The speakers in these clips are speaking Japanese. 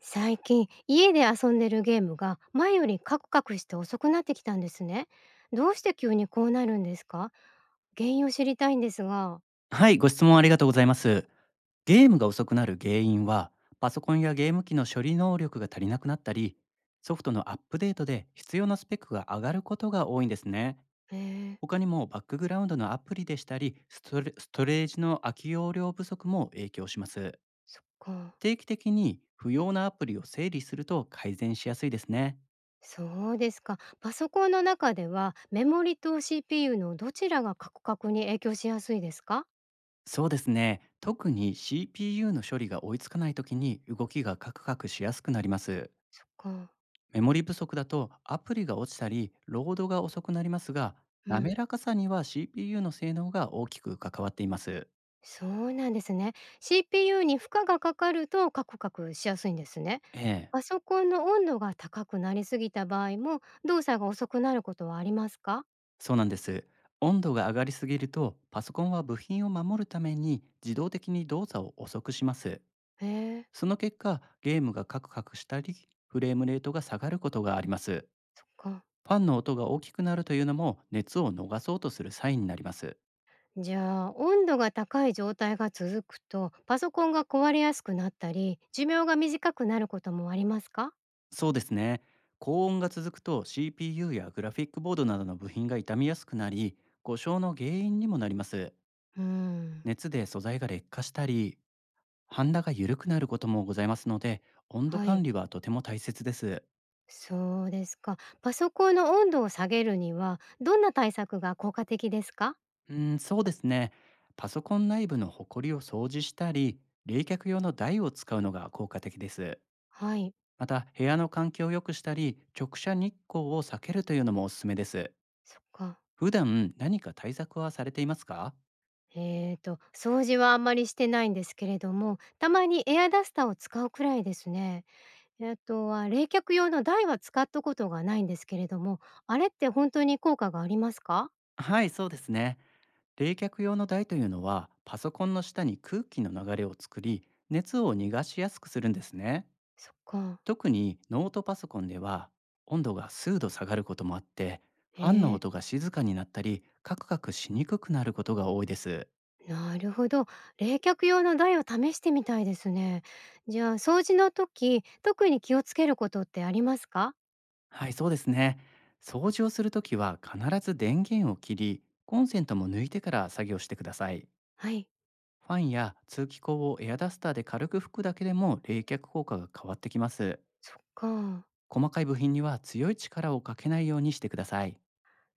最近家で遊んでるゲームが前よりカクカクして遅くなってきたんですね。どうして急にこうなるんですか？原因を知りたいんですが、はい、ご質問ありがとうございます。ゲームが遅くなる原因は、パソコンやゲーム機の処理能力が足りなくなったり、ソフトのアップデートで必要なスペックが上がることが多いんですね。えー、他にもバックグラウンドのアプリでしたり、ストレージの空き容量不足も影響します。そっか。定期的に不要なアプリを整理すると改善しやすいですね。そうですか。パソコンの中ではメモリと CPU のどちらがカクカクに影響しやすいですか？そうですね、特に CPU の処理が追いつかないときに動きがカクカクしやすくなります。そっか。メモリ不足だとアプリが落ちたり、ロードが遅くなりますが、う滑ん。らかさには CPU の性能が大きく関わっています。そうなんですね。CPU に負荷がかかるとカクカクしやすいんですね。ええ、パソコンの温度が高くなりすぎた場合も動作が遅くなることはありますか？そうなんです。温度が上がりすぎると、パソコンは部品を守るために自動的に動作を遅くします。へえ、その結果、ゲームがカクカクしたり、フレームレートが下がることがあります。そっか。ファンの音が大きくなるというのも熱を逃そうとするサインになります。じゃあ温度が高い状態が続くとパソコンが壊れやすくなったり寿命が短くなることもありますか？そうですね。高温が続くと CPU やグラフィックボードなどの部品が傷みやすくなり、故障の原因にもなります。うーん、熱で素材が劣化したり、ハンダが緩くなることもございますので、温度は管い。理はとても大切です。そうですか。パソコンの温度を下げるにはどんな対策が効果的ですか？うん、そうですね。パソコン内部のホコリを掃除したり、冷却用の台を使うのが効果的です。はい、また、部屋の環境を良くしたり、直射日光を避けるというのもおすすめです。そっか。普段何か対策はされていますか？掃除はあんまりしてないんですけれども、たまにエアダスターを使うくらいですね。あとは冷却用の台は使ったことがないんですけれども、あれって本当に効果がありますか？はい、そうですね。冷却用の台というのは、パソコンの下に空気の流れを作り、熱を逃がしやすくするんですね。そっか。特にノートパソコンでは、温度が数度下がることもあって、ファンのえ音が静かになったり、カクカクしにくくなることが多いです。なるほど。冷却用の台を試してみたいですね。じゃあ、掃除の時、特に気をつけることってありますか？はい、そうですね。掃除をするときは必ず電源を切り、コンセントも抜いてから作業してください。はい、ファンや通気口をエアダスターで軽く拭くだけでも冷却効果が変わってきます。そっか。細かい部品には強い力をかけないようにしてください。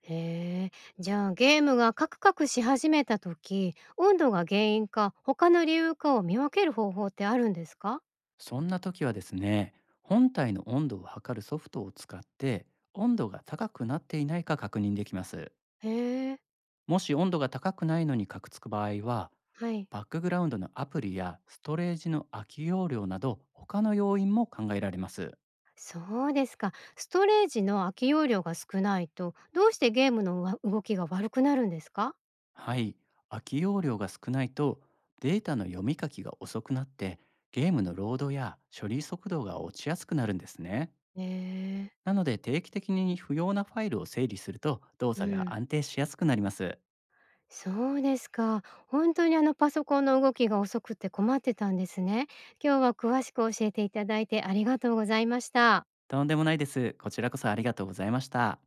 へえ、じゃあゲームがカクカクし始めた時、温度が原因か他の理由かを見分ける方法ってあるんですか？そんな時はですね、本体の温度を測るソフトを使って温度が高くなっていないか確認できます。へえ、もし温度が高くないのにカクつく場合は、はい。バックグラウンドのアプリやストレージの空き容量など他の要因も考えられます。そうですか。ストレージの空き容量が少ないと、どうしてゲームのわ動きが悪くなるんですか？はい、空き容量が少ないとデータの読み書きが遅くなってゲームのロードや処理速度が落ちやすくなるんですね。へえ、なので定期的に不要なファイルを整理すると動う作がん。安定しやすくなります。そうですか。本当にあのパソコンの動きが遅くて困ってたんですね。今日は詳しく教えていただいてありがとうございました。とんでもないです。こちらこそありがとうございました。